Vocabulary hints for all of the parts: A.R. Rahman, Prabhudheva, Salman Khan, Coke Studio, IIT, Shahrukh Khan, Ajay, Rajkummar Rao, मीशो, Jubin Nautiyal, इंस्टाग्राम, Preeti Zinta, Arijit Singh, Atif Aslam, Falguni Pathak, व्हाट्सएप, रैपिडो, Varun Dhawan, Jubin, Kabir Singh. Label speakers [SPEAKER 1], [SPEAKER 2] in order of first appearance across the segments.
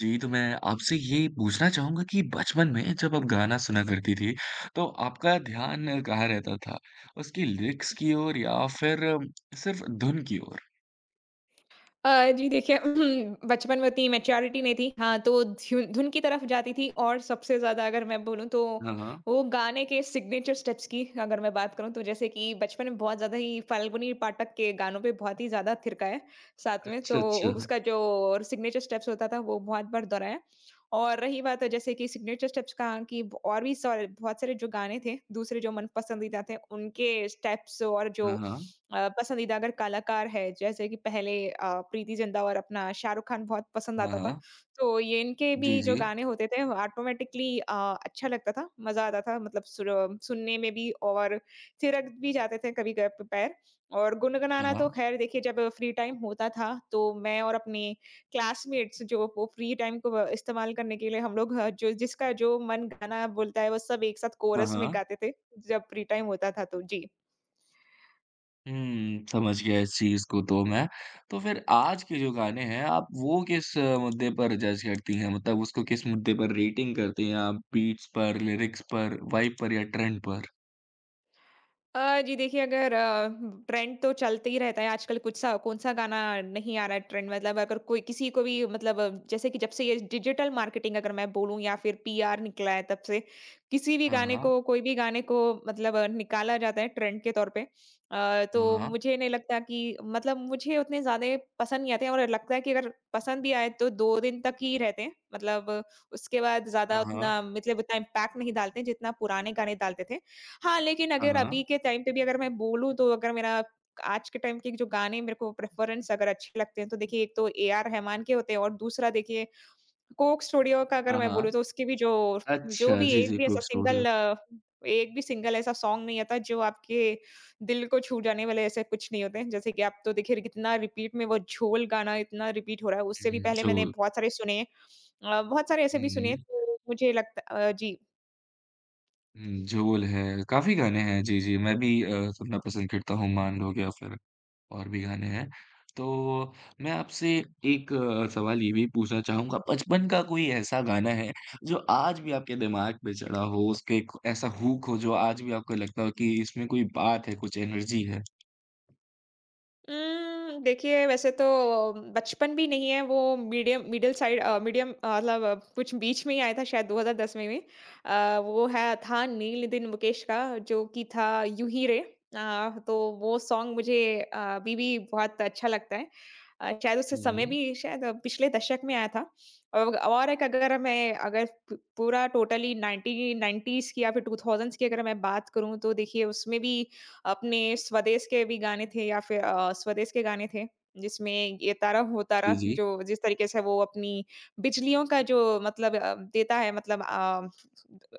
[SPEAKER 1] जी, तो मैं आपसे ये पूछना चाहूँगा कि बचपन में जब आप गाना सुना करती थी, तो आपका ध्यान कहाँ रहता था? उसकी लिरिक्स की ओर या फिर सिर्फ़ धुन की ओर?
[SPEAKER 2] जी देखिए बचपन में उतनी मैच्योरिटी नहीं थी। हाँ, तो ध्युन धुन की तरफ जाती थी, और सबसे ज़्यादा अगर मैं बोलूँ तो
[SPEAKER 1] हाँ, हाँ।
[SPEAKER 2] वो गाने के सिग्नेचर स्टेप्स की अगर मैं बात करूँ तो, जैसे कि बचपन में बहुत ज़्यादा ही फाल्गुनी पाठक के गानों पे बहुत ही ज़्यादा थिरका है साथ में।
[SPEAKER 1] अच्छा,
[SPEAKER 2] तो
[SPEAKER 1] अच्छा।
[SPEAKER 2] उसका जो सिग्नेचर स्टेप्स होता था वो बहुत बार दोहराया। और रही बात है जैसे कि सिग्नेचर स्टेप्स कहा, कि और भी सारे, बहुत सारे जो गाने थे दूसरे जो मन पसंदीदा थे उनके स्टेप्स, और जो
[SPEAKER 1] हाँ, हाँ।
[SPEAKER 2] पसंदीदा अगर कलाकार है, जैसे कि पहले प्रीति जिंटा और अपना शाहरुख खान बहुत पसंद
[SPEAKER 1] हाँ,
[SPEAKER 2] आता था।
[SPEAKER 1] हाँ।
[SPEAKER 2] तो ये, इनके भी
[SPEAKER 1] जी,
[SPEAKER 2] जो
[SPEAKER 1] जी।
[SPEAKER 2] गाने होते थे वो ऑटोमेटिकली अच्छा लगता था, मज़ा आता था, मतलब सुर सुनने में भी, और थिरक भी जाते थे कभी क पैर। और गुनगुनाना
[SPEAKER 1] हाँ,
[SPEAKER 2] तो ख़ैर देखिए, जब फ्री टाइम होता था तो मैं और अपने क्लासमेट्स जो, वो फ्री टाइम को इस्तेमाल करने के लिए हम लोग, जो जिसका जो मन गाना बोलता है वो सब एक साथ
[SPEAKER 1] हाँ,
[SPEAKER 2] कोरस में
[SPEAKER 1] हाँ।
[SPEAKER 2] गाते थे, जब फ्री टाइम होता था तो। जी।
[SPEAKER 1] हुँ, समझ गया इस चीज़ को तो मैं। तो फिर आज के जो गाने हैं, आप वो किस मुद्दे पर जज करती हैं? मतलब उसको किस मुद्दे पर रेटिंग करती हैं आप? बीट्स पर, लिरिक्स पर, वाइब पर या ट्रेंड पर?
[SPEAKER 2] जी देखिए, अगर ट्रेंड तो चलते ही रहता है आजकल, कुछ सा कौन-सा गाना नहीं आ रहा है ट्रेंड, मतलब अगर कोई किसी को भी, मतलब जैसे कि जब से ये डिजिटल मार्केटिंग अगर मैं बोलूँ या फिर पीआर निकला है तब से, किसी भी
[SPEAKER 1] हाँ,
[SPEAKER 2] गाने
[SPEAKER 1] हाँ।
[SPEAKER 2] को कोई भी गाने को मतलब निकाला जाता है ट्रेंड के तौर पे।
[SPEAKER 1] हाँ,
[SPEAKER 2] तो
[SPEAKER 1] हाँ।
[SPEAKER 2] मुझे नहीं लगता कि, मतलब मुझे उतने ज़्यादा पसंद नहीं आते हैं, और लगता है कि अगर पसंद भी आए तो 2 दिन तक ही रहते हैं। मतलब उसके बाद ज़्यादा
[SPEAKER 1] हाँ, हाँ।
[SPEAKER 2] उतना, मतलब उतना इम्पैक्ट नहीं डालते हैं जितना पुराने गाने डालते थे। हाँ, लेकिन
[SPEAKER 1] हाँ,
[SPEAKER 2] अगर
[SPEAKER 1] हाँ।
[SPEAKER 2] अभी के टाइम पे भी अगर मैं बोलूँ तो, अगर मेरा आज के टाइम के जो गाने, मेरे को प्रेफ़रेंस अगर अच्छे लगते हैं तो देखिए, एक तो AR रहमान के होते हैं, और दूसरा देखिए कोक स्टूडियो का अगर
[SPEAKER 1] हाँ,
[SPEAKER 2] मैं बोलूँ
[SPEAKER 1] हाँ।
[SPEAKER 2] तो, उसके भी जो जो
[SPEAKER 1] अच्छा,
[SPEAKER 2] भी
[SPEAKER 1] जी,
[SPEAKER 2] एक
[SPEAKER 1] जी,
[SPEAKER 2] भी ऐसा
[SPEAKER 1] कोक स्टूडियो।
[SPEAKER 2] सिंगल एक भी सिंगल ऐसा सॉन्ग नहीं आता जो आपके दिल को छू जाने वाले, ऐसे कुछ नहीं होते हैं। जैसे कि आप तो देखिए, कितना रिपीट में वो झोल गाना इतना रिपीट हो रहा है। उससे भी
[SPEAKER 1] हुँ,
[SPEAKER 2] पहले मैंने
[SPEAKER 1] झोल।
[SPEAKER 2] बहुत सारे सुने। बहुत सारे ऐसे
[SPEAKER 1] हुँ,
[SPEAKER 2] भी सुने,
[SPEAKER 1] हुँ।
[SPEAKER 2] तो मुझे लगता जी।
[SPEAKER 1] हुँ, झोल है, काफ़ी गाने हैं, जी, जी, मैं भी सुनना पसंद करता हूँ, मान लो या फिर और भी गाने हैं। तो मैं आपसे एक सवाल ये भी पूछना चाहूँगा, बचपन का कोई ऐसा गाना है, जो आज भी आपके दिमाग पे चढ़ा हो, उसके एक ऐसा हुक हो, जो आज भी आपको लगता हो कि इसमें कोई बात है, कुछ एनर्जी है?
[SPEAKER 2] देखिए, वैसे तो बचपन भी नहीं है वो, मीडियम मिडल साइड अ, मीडियम अ, मतलब कुछ बीच में ही आया था, शायद 2010 में भी। वो है था नील दिन मुकेश का, जो कि था यूं ही रे। तो वो सॉन्ग मुझे अभी भी बहुत अच्छा लगता है। शायद उस समय
[SPEAKER 1] हुँ,
[SPEAKER 2] भी, शायद पिछले दशक में आया था। औ और एक, अगर मैं अगर पू पूरा टोटली 1990s की या फिर 2000s की अगर मैं बात करूँ तो देखिए, उसमें भी अपने स्वदेश के भी गाने थे, या फिर स्वदेश के गाने थे, जिसमें ये तारा हो
[SPEAKER 1] जी,
[SPEAKER 2] तारा,
[SPEAKER 1] जी।
[SPEAKER 2] जो जिस तरीके से वो अपनी बिजलियों का जो, मतलब देता है, मतलब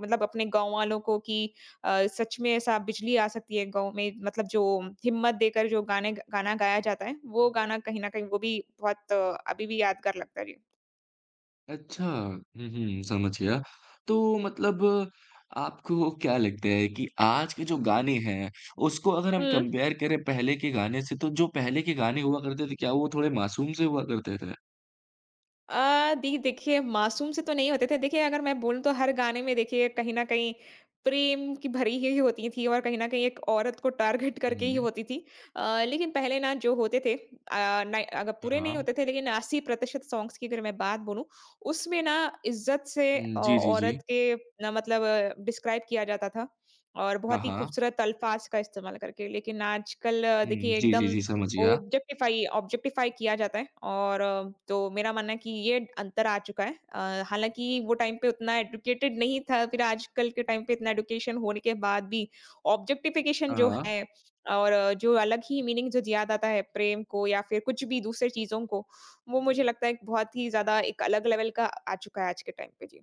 [SPEAKER 2] मतलब अपने गाँव वालों को, कि सच में ऐसा बिजली आ सकती है गाँव में, मतलब जो हिम्मत देकर जो गाने गाना गाया जाता है, वो गाना कहीं न कहीं, वो भी बहुत अभी भी यादगार लगता है। जी।
[SPEAKER 1] अच्छा। हुँ, हुँ, समझ गया। तो मतलब आपको क्या लगता है कि आज के जो गाने हैं, उसको अगर हम
[SPEAKER 2] हुँ।
[SPEAKER 1] कंपेयर करें पहले के गाने से, तो जो पहले के गाने हुआ करते थे, क्या वो थोड़े मासूम से हुआ करते थे?
[SPEAKER 2] दी देखिए, मासूम से तो नहीं होते थे। देखिए, अगर मैं बोलूँ तो हर गाने में देखिए कहीं न कहीं प्रेम की भरी ही होती थी, और कहीं न कहीं एक औरत को टारगेट
[SPEAKER 1] हुँ,
[SPEAKER 2] करके ही
[SPEAKER 1] हुँ।
[SPEAKER 2] होती थी। लेकिन पहले ना जो होते थे, अ, नाइ अगर
[SPEAKER 1] हाँ,
[SPEAKER 2] पूरे नहीं
[SPEAKER 1] हाँ।
[SPEAKER 2] होते थे, लेकिन 80% सॉन्ग्स की अगर मैं बात बोलूँ, उसमें ना इज़्ज़त से
[SPEAKER 1] हुँ, जी, जी, जी।
[SPEAKER 2] औरत के ना, मतलब डिस्क्राइब किया जाता था, और
[SPEAKER 1] हाँ,
[SPEAKER 2] बहुत ही
[SPEAKER 1] हाँ।
[SPEAKER 2] खूबसूरत अल्फाज़ का इस्तेमाल करके। लेकिन आजकल
[SPEAKER 1] हुँ,
[SPEAKER 2] देखिए,
[SPEAKER 1] जी, जी,
[SPEAKER 2] एकदम
[SPEAKER 1] जी, समझ गया।
[SPEAKER 2] ऑब्जेक्टिफ़ाई ऑब्जेक्टिफ़ाई किया जाता है, और तो मेरा मानना है कि ये अंतर आ चुका है। हालाँकि वो टाइम पे उतना एडुकेटेड नहीं था, फिर आजकल के टाइम पे इतना एडुकेशन होने के बाद भी ऑब्जेक्टिफ़िकेशन
[SPEAKER 1] हाँ,
[SPEAKER 2] जो
[SPEAKER 1] हाँ।
[SPEAKER 2] है, और जो अलग ही मीनिंग जो दिया जाता है प्रेम को, या फिर कुछ भी दूसरे चीज़ों को, वो मुझे लगता है कि बहुत ही ज़्यादा एक अलग लेवल का आ चुका है आज के टाइम पे। जी।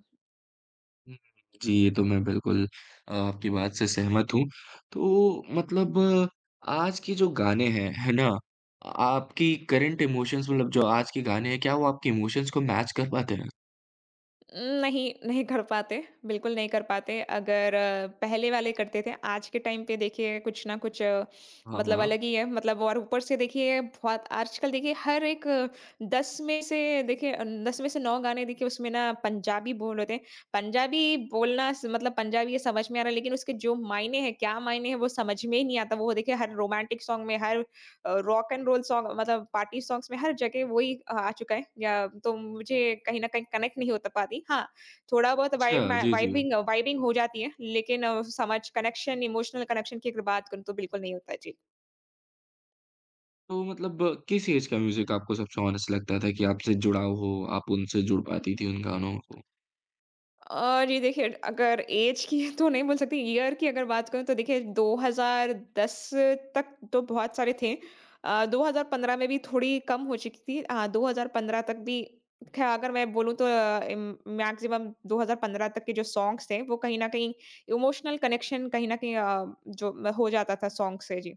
[SPEAKER 1] हुँ, जी, ये तो मैं बिल्कुल आपकी बात से सहमत हूँ। तो मतलब आज के जो गाने हैं, है ना? आपकी करंट इमोशंस मतलब जो आज के गाने हैं, क्या वो आपके इमोशंस को मैच कर पाते हैं?
[SPEAKER 2] नहीं, नहीं कर पाते, बिल्कुल नहीं कर पाते। अगर पहले वाले करते थे, आज के टाइम पे देखिए कुछ ना कुछ,
[SPEAKER 1] हाँ,
[SPEAKER 2] मतलब
[SPEAKER 1] हाँ।
[SPEAKER 2] अलग ही है। मतलब, और ऊपर से देखिए बहुत आजकल, देखिए हर एक 10 में से, देखिए 10 में से 9 गाने, देखिए उसमें ना पंजाबी बोल होते हैं। पंजाबी बोलना स मतलब पंजाबी ये समझ में आ रहा है, लेकिन उसके जो मायने हैं, क्या मायने हैं वो समझ में ही नहीं आता। वो देखिए हर रोमांटिक सॉन्ग में, हर रॉक एंड रोल सॉन्ग, मतलब पार्टी सॉन्ग्स में हर जगह वही आ चुका है, या तो मुझे कहीं न कहीं कनेक्ट नहीं होता पाती। हाँ, थोड़ा बहुत
[SPEAKER 1] अच्छा,
[SPEAKER 2] वाइब, मैं
[SPEAKER 1] जी, जी।
[SPEAKER 2] वाइबिंग वाइबिंग हो जाती है, लेकिन समझ कनेक्शन इमोशनल कनेक्शन की अगर बात करूँ तो बिल्कुल नहीं होता। जी।
[SPEAKER 1] तो मतलब किस एज का म्यूज़िक आपको सबसे ऑनेस्ट लगता था कि आपसे जुड़ाव हो, आप उनसे जुड़ पाती थी उन गानों को?
[SPEAKER 2] जी देखिए, अगर एज की तो नहीं बोल सकती, ईयर की अगर बात करूँ तो देखिए 2010 तक तो बहुत सारे थे, 2015 में भी थोड़ी कम हो चुकी थी, हाँ 2015 तक भी, खैर अगर मैं बोलूँ तो मैक्सिमम 2015 तक के जो सॉन्ग्स थे, वो कहीं ना कहीं इमोशनल कनेक्शन कहीं ना कहीं जो हो जाता था सॉन्ग से। जी।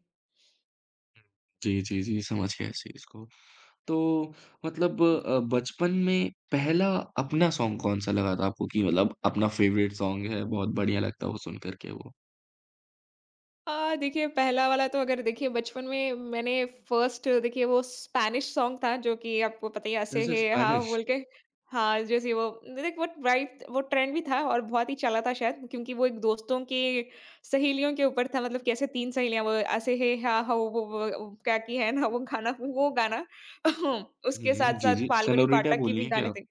[SPEAKER 1] जी, जी, जी, समझ गया इस चीज़ को। तो मतलब बचपन में पहला अपना सॉन्ग कौन-सा लगा था आपको कि मतलब अपना फ़ेवरेट सॉन्ग है, बहुत बढ़िया लगता है वो सुन कर के वो?
[SPEAKER 2] हाँ, देखिए पहला वाला तो, अगर देखिए बचपन में मैंने फर्स्ट, देखिए वो स्पैनिश सॉन्ग था, जो कि आपको पता ही, ऐसे
[SPEAKER 1] वैसे
[SPEAKER 2] है हाँ
[SPEAKER 1] स्पेनिश?
[SPEAKER 2] बोल के, हाँ जैसे वो, देख वो राइट, वो ट्रेंड भी था और बहुत ही चला था, शायद क्योंकि वो एक दोस्तों के, सहेलियों के ऊपर था, मतलब कैसे 3 सहेलियां वो, ऐसे है, हाँ हाँ वो, क्या, की है ना वो गाना, उसके
[SPEAKER 1] हुँ,
[SPEAKER 2] साथ
[SPEAKER 1] जी,
[SPEAKER 2] साथ
[SPEAKER 1] जी।
[SPEAKER 2] फाल्गुनी
[SPEAKER 1] सेनोरिटा
[SPEAKER 2] पाठक की भी
[SPEAKER 1] बोली हैं
[SPEAKER 2] गाने
[SPEAKER 1] क्या आप?
[SPEAKER 2] थे।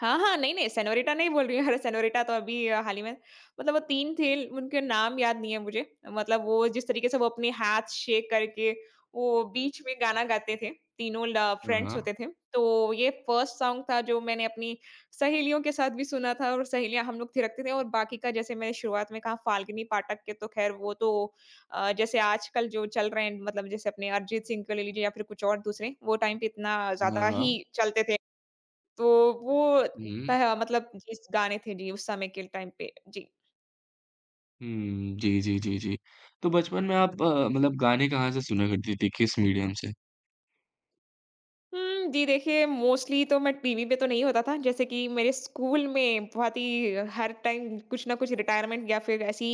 [SPEAKER 2] हाँ, हाँ, नहीं, नहीं सेनोरिटा नहीं बोल रही हूँ। अरे सेनोरिटा तो अभी हाल ही में, मतलब वो 3 थे, उनके नाम याद नहीं है मुझे। मतलब वो जिस तरीके से वो अपने हाथ शेक करके वो बीच में गाना गाते थे, तीनों ल
[SPEAKER 1] हाँ,
[SPEAKER 2] फ्रेंड्स
[SPEAKER 1] हाँ।
[SPEAKER 2] होते थे। तो ये फर्स्ट सॉन्ग था जो मैंने अपनी सहेलियों के साथ भी सुना था, और सहेलियाँ हम लोग थिरकते थे, और बाकी का जैसे मैंने शुरुआत में कहा, फाल्गुनी पाठक के तो ख़ैर वो तो, जैसे आजकल जो चल रहे हैं, मतलब जैसे अपने अरिजीत सिंह को ले लीजिए, या फिर कुछ और दूसरे, वो टाइम पे इतना
[SPEAKER 1] हाँ,
[SPEAKER 2] ज़्यादा ही
[SPEAKER 1] हाँ।
[SPEAKER 2] चलते थे। तो वो
[SPEAKER 1] हुँ।
[SPEAKER 2] पह मतलब जिस गाने थे जी, उस समय के टाइम पे। जी।
[SPEAKER 1] हुँ, जी, जी, जी, जी। तो बचपन में आप मतलब गाने कहाँ से सुना करती थी, किस मीडियम से?
[SPEAKER 2] हुँ, जी देखिए, मोस्टली तो मैं टीवी पे तो नहीं होता था, जैसे कि मेरे स्कूल में बहुत ही हर टाइम कुछ ना कुछ रिटायरमेंट या फिर ऐसी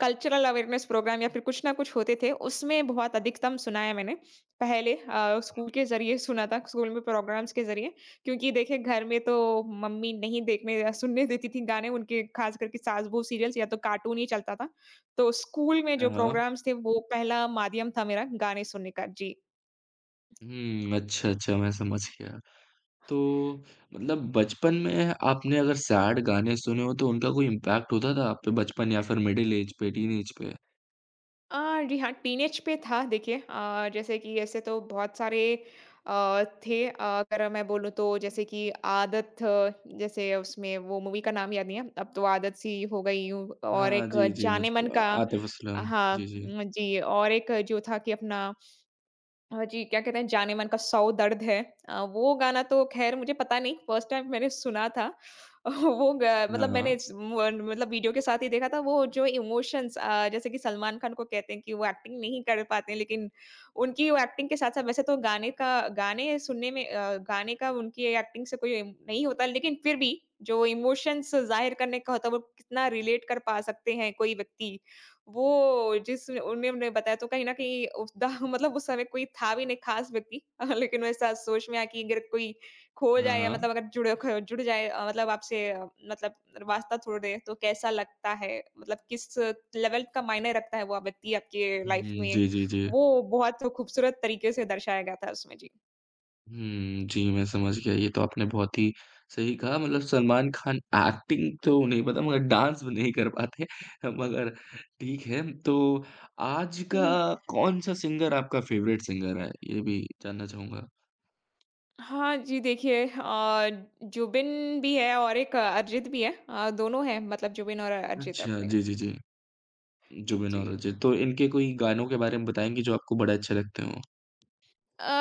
[SPEAKER 2] कल्चरल अवेयरनेस प्रोग्राम या फिर कुछ ना कुछ होते थे, उसमें बहुत अधिकतम सुना है मैंने। पहले स्कूल के ज़रिए सुना था, स्कूल में प्रोग्राम्स के ज़रिए, क्योंकि देखिए घर में तो मम्मी नहीं देखने या सुनने देती थी गाने, उनके ख़ास करके सास-बहू सीरियल्स या तो कार्टून ही चलता था। तो स्कूल में
[SPEAKER 1] हाँ,
[SPEAKER 2] जो
[SPEAKER 1] हाँ।
[SPEAKER 2] प्रोग्राम्स थे, वो पहला माध्यम था मेरा गाने सुनने का। जी।
[SPEAKER 1] हुँ, अच्छा, अच्छा, मैं समझ गया। तो मतलब बचपन में आपने अगर सैड गाने सुने हों, तो उनका कोई इम्पैक्ट होता था आप पे बचपन या फिर मिडल एज पे, टीनेज पे?
[SPEAKER 2] जी हाँ, टीनेज पे था देखिए, जैसे कि ऐसे तो बहुत सारे थे, अगर मैं बोलूँ तो जैसे कि आदत जैसे उसमें वो मूवी का नाम याद नहीं है, अब तो आदत सी हो गई हूँ, और
[SPEAKER 1] हाँ,
[SPEAKER 2] एक
[SPEAKER 1] जी, जी,
[SPEAKER 2] जाने मन
[SPEAKER 1] मुझको
[SPEAKER 2] का,
[SPEAKER 1] आतिफ़ असलम। जी,
[SPEAKER 2] हाँ,
[SPEAKER 1] जी।
[SPEAKER 2] जी और एक जो था कि अपना, हाँ जी, क्या कहते हैं जाने मन का सौ दर्द है। वो गाना तो ख़ैर मुझे पता नहीं, फर्स्ट टाइम मैंने सुना था। वो ग
[SPEAKER 1] हाँ,
[SPEAKER 2] मतलब मैंने
[SPEAKER 1] हाँ।
[SPEAKER 2] इस म मतलब वीडियो के साथ ही देखा था, वो जो इमोशंस जैसे कि सलमान खान को कहते हैं कि वो एक्टिंग नहीं कर पाते हैं, लेकिन उनकी वो एक्टिंग के साथ-साथ, वैसे तो गाने का, गाने सुनने में अ, गाने का उनकी एक्टिंग से कोई नहीं होता, लेकिन फिर भी जो इमोशंस ज़ाहिर करने का होता है, वो कितना रिलेट कर पा सकते हैं कोई व्यक्ति। वो जिस उन्हें उन्हें बताया, तो कहीं न कहीं उसदा मतलब उस समय कोई था भी नहीं ख़ास व्यक्ति, लेकिन वैसा सोच में आया, कि अगर कोई खो
[SPEAKER 1] हाँ,
[SPEAKER 2] जाए, या
[SPEAKER 1] हाँ।
[SPEAKER 2] मतलब अगर जुड़ जाए, मतलब आपसे, मतलब वास्ता तोड़ दे, तो कैसा लगता है? मतलब किस लेवल का मायने रखता है वो व्यक्ति आपके लाइफ़
[SPEAKER 1] हुँ,
[SPEAKER 2] में?
[SPEAKER 1] जी, जी, जी।
[SPEAKER 2] वो बहुत खूबसूरत तरीके से दर्शाया गया था उसमें। जी।
[SPEAKER 1] हुँ, जी, मैं समझ गया, ये तो आपने बहुत ही सही कहा मतलब सलमान खान एक्टिंग तो नहीं पता मगर डांस नहीं कर पाते, मगर ठीक है। तो आज का कौन-सा सिंगर आपका फ़ेवरेट सिंगर है? ये भी जानना चाहूँगा?
[SPEAKER 2] हाँ जी, देखिए, जुबिन भी है और एक, अरिजीत भी है। दोनों हैं मतलब जुबिन और अरिजीत
[SPEAKER 1] अच्छा,
[SPEAKER 2] अपने।
[SPEAKER 1] जी, जी, जी। जुबिन
[SPEAKER 2] जी।
[SPEAKER 1] और अजय, तो इनके कोई गानों के बारे में बताएँगे जो आपको बड़े अच्छे लगते हों?
[SPEAKER 2] अ,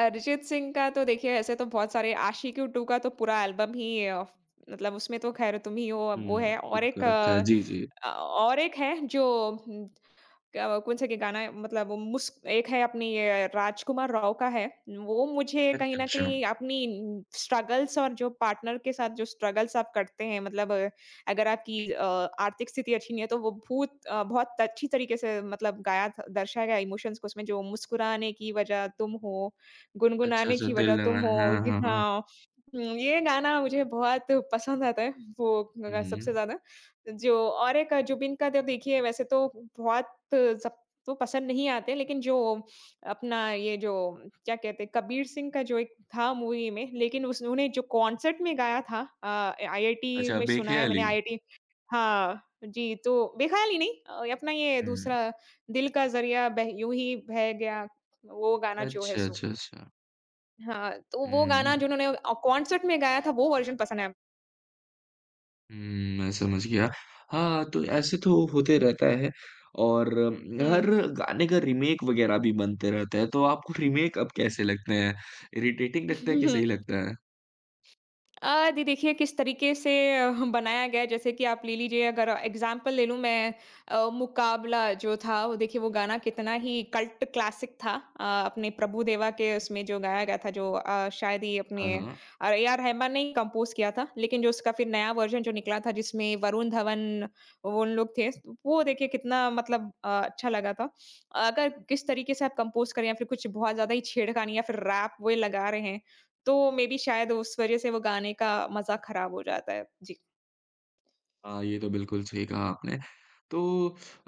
[SPEAKER 2] अरिजीत सिंह का तो देखिए ऐसे तो बहुत सारे आशिकी 2 का तो पूरा एल्बम ही, मतलब उसमें तो खैर तुम ही हो वो
[SPEAKER 1] हुँ,
[SPEAKER 2] है, और
[SPEAKER 1] हुक
[SPEAKER 2] एक
[SPEAKER 1] कर रखा है, जी, जी।
[SPEAKER 2] और एक है जो क कौन सा के गाना है, मतलब वो मुस एक है अपनी ये राजकुमार राव का है। वो मुझे कहीं
[SPEAKER 1] अच्छा,
[SPEAKER 2] न
[SPEAKER 1] अच्छा।
[SPEAKER 2] कहीं अपनी स्ट्रगल्स और जो पार्टनर के साथ जो स्ट्रगल्स आप करते हैं मतलब, अगर आपकी, आर्थिक स्थिति अच्छी नहीं है तो वो बहुत अच्छी तरीके से मतलब गाया था, दर्शाया गया इमोशंस को उसमें जो मुस्कुराने की वजह तुम हो,
[SPEAKER 1] अच्छा,
[SPEAKER 2] गुनगुनाने
[SPEAKER 1] अच्छा,
[SPEAKER 2] की वजह
[SPEAKER 1] दिल
[SPEAKER 2] तुम
[SPEAKER 1] लगाना
[SPEAKER 2] हो,
[SPEAKER 1] है, हाँ,
[SPEAKER 2] ये
[SPEAKER 1] हाँ, हाँ।
[SPEAKER 2] हाँ। हुँ, ये गाना मुझे बहुत पसंद आता है वो सबसे
[SPEAKER 1] हुँ।
[SPEAKER 2] ज़्यादा। जो और एक जुबिन का तो देखिए वैसे तो बहुत सबको पसंद नहीं आते लेकिन जो अपना ये जो क्या कहते हैं कबीर सिंह का जो एक था मूवी में, लेकिन उस उन्हें जो कॉन्सर्ट में गाया था आईआईटी
[SPEAKER 1] अच्छा,
[SPEAKER 2] में, सुना है मैंने
[SPEAKER 1] बेख्याली।
[SPEAKER 2] आईआईटी। हाँ जी, तो बेख्याल ही नहीं, अपना ये
[SPEAKER 1] हुँ।
[SPEAKER 2] दूसरा दिल का जरिया, बह यूं ही बह गया वो गाना जो है
[SPEAKER 1] अच्छा,
[SPEAKER 2] सो,
[SPEAKER 1] अच्छा, अच्छा।
[SPEAKER 2] हाँ तो वो गाना
[SPEAKER 1] हुँ।
[SPEAKER 2] जो उन्होंने कॉन्सर्ट में गाया था वो वर्जन पसंद है।
[SPEAKER 1] हुँ, मैं समझ गया। हाँ, तो ऐसे तो होते रहता है और
[SPEAKER 2] हम्म।
[SPEAKER 1] हर गाने का रीमेक वगैरह भी बनते रहते हैं, तो आपको रीमेक अब कैसे लगते हैं? इरिटेटिंग लगता है कि सही लगता है?
[SPEAKER 2] अ, दी देखिए किस तरीके से, अ, हम बनाया गया है जैसे कि आप ले लीजिए, अगर एग्जांपल ले लूँ मैं, मुकाबला जो था वो देखिए वो गाना कितना ही कल्ट क्लासिक था, अपने प्रभुदेवा के उसमें जो गाया गया था, जो शायद ही अपने
[SPEAKER 1] हाँ, हाँ।
[SPEAKER 2] ए आर रहमान ने ही कंपोज किया था, लेकिन जो उसका फिर नया वर्जन जो निकला था जिसमें वरुण धवन वो उन लोग थे, तो वो देखिए कितना मतलब अच्छा लगा था। अगर किस तरीके से आप कंपोज करें या फिर कुछ बहुत ज्यादा ही छेड़खानी या फिर रैप वो लगा रहे हैं तो मेबी शायद उस वज़ह से वो गाने का मज़ा ख़राब हो जाता है। जी।
[SPEAKER 1] हाँ, ये तो बिल्कुल सही कहा आपने। तो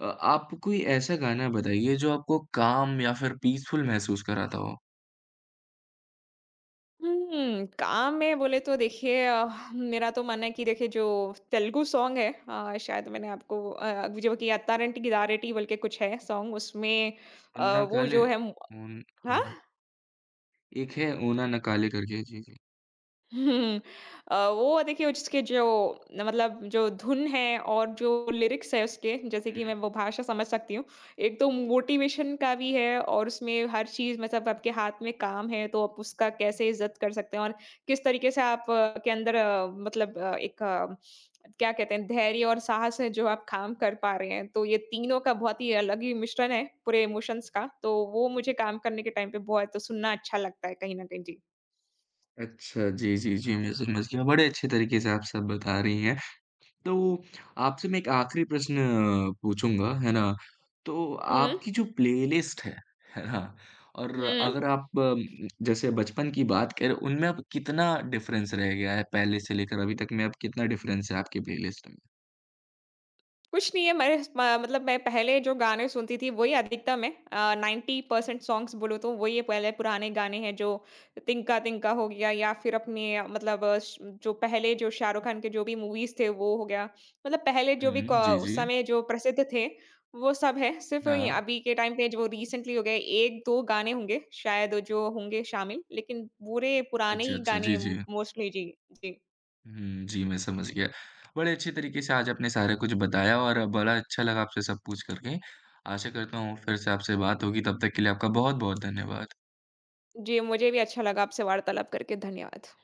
[SPEAKER 1] आप कोई ऐसा गाना बताइए जो आपको काम या फिर पीसफुल महसूस कराता हो?
[SPEAKER 2] हुँ, काम में बोले तो देखिए, मेरा तो मन है कि देखिए जो तेलुगु सॉन्ग है, शायद मैंने आपको, जो कि अत्तारेंटी गिदारेटी बोल के कुछ है सॉन्ग उसमें
[SPEAKER 1] उन्ना
[SPEAKER 2] वो
[SPEAKER 1] काले
[SPEAKER 2] जो है म
[SPEAKER 1] उन
[SPEAKER 2] हाँ?
[SPEAKER 1] हाँ, एक है ओना ना काले करके। जी, जी।
[SPEAKER 2] हुँ। वो देखिए उसके जो न मतलब जो धुन है और जो लिरिक्स है उसके, जैसे कि
[SPEAKER 1] हुँ।
[SPEAKER 2] मैं वो भाषा समझ सकती हूँ। एक तो मोटिवेशन का भी है, और उसमें हर चीज़ मतलब आपके हाथ में काम है तो आप उसका कैसे इज़्ज़त कर सकते हैं और किस तरीके से आप, के अंदर, मतलब, एक, क्या कहते हैं, धैर्य और साहस है जो आप काम कर पा रहे हैं। तो ये तीनों का बहुत ही अलग ही मिश्रण है पूरे इमोशंस का। तो वो मुझे काम करने के टाइम पे बहुत सुनना अच्छा लगता है कहीं न कहीं। जी।
[SPEAKER 1] अच्छा, जी, जी, जी, मैं समझ गया। बड़े अच्छे तरीके से आप सब बता रही हैं। तो आपसे मैं एक आखिरी प्रश्न पूछूँगा, है ना? तो
[SPEAKER 2] हुँ।
[SPEAKER 1] आपकी जो प्लेलिस्ट है ना? और
[SPEAKER 2] हुँ।
[SPEAKER 1] अगर आप जैसे बचपन की बात करें, उनमें अब कितना डिफ़रेंस रह गया है पहले से लेकर अभी तक में अब कितना डिफ़रेंस है आपकी प्लेलिस्ट में?
[SPEAKER 2] कुछ नहीं है, मैं मतलब मैं पहले जो गाने सुनती थी वही अधिकतम है। 90% सॉन्ग्स बोलो तो वही है, पहले पुराने गाने हैं जो तिनका तिनका हो गया, या फिर अपने, मतलब, जो पहले जो शाहरुख खान के जो भी मूवीज थे वो हो गया। मतलब पहले जो भी
[SPEAKER 1] हुँ, जी,
[SPEAKER 2] उस
[SPEAKER 1] जी।
[SPEAKER 2] समय जो प्रसिद्ध थे वो सब है, सिर्फ ये
[SPEAKER 1] हाँ।
[SPEAKER 2] अभी के टाइम पे जो रिसेंटली हो गए एक दो गाने होंगे शायद जो होंगे शामिल, लेकिन पूरे पुराने
[SPEAKER 1] अच्छा,
[SPEAKER 2] ही
[SPEAKER 1] अच्छा।
[SPEAKER 2] गाने
[SPEAKER 1] जी, जी।
[SPEAKER 2] मोस्टली। जी। जी।
[SPEAKER 1] हुँ, जी, मैं समझ गया। बड़े अच्छे तरीके से आज आपने सारा कुछ बताया और बड़ा अच्छा लगा आपसे सब पूछ कर के। आशा करता हूँ फिर से आपसे बात होगी, तब तक के लिए आपका बहुत-बहुत धन्यवाद।
[SPEAKER 2] जी मुझे भी अच्छा लगा आपसे वार्तालाप करके धन्यवाद।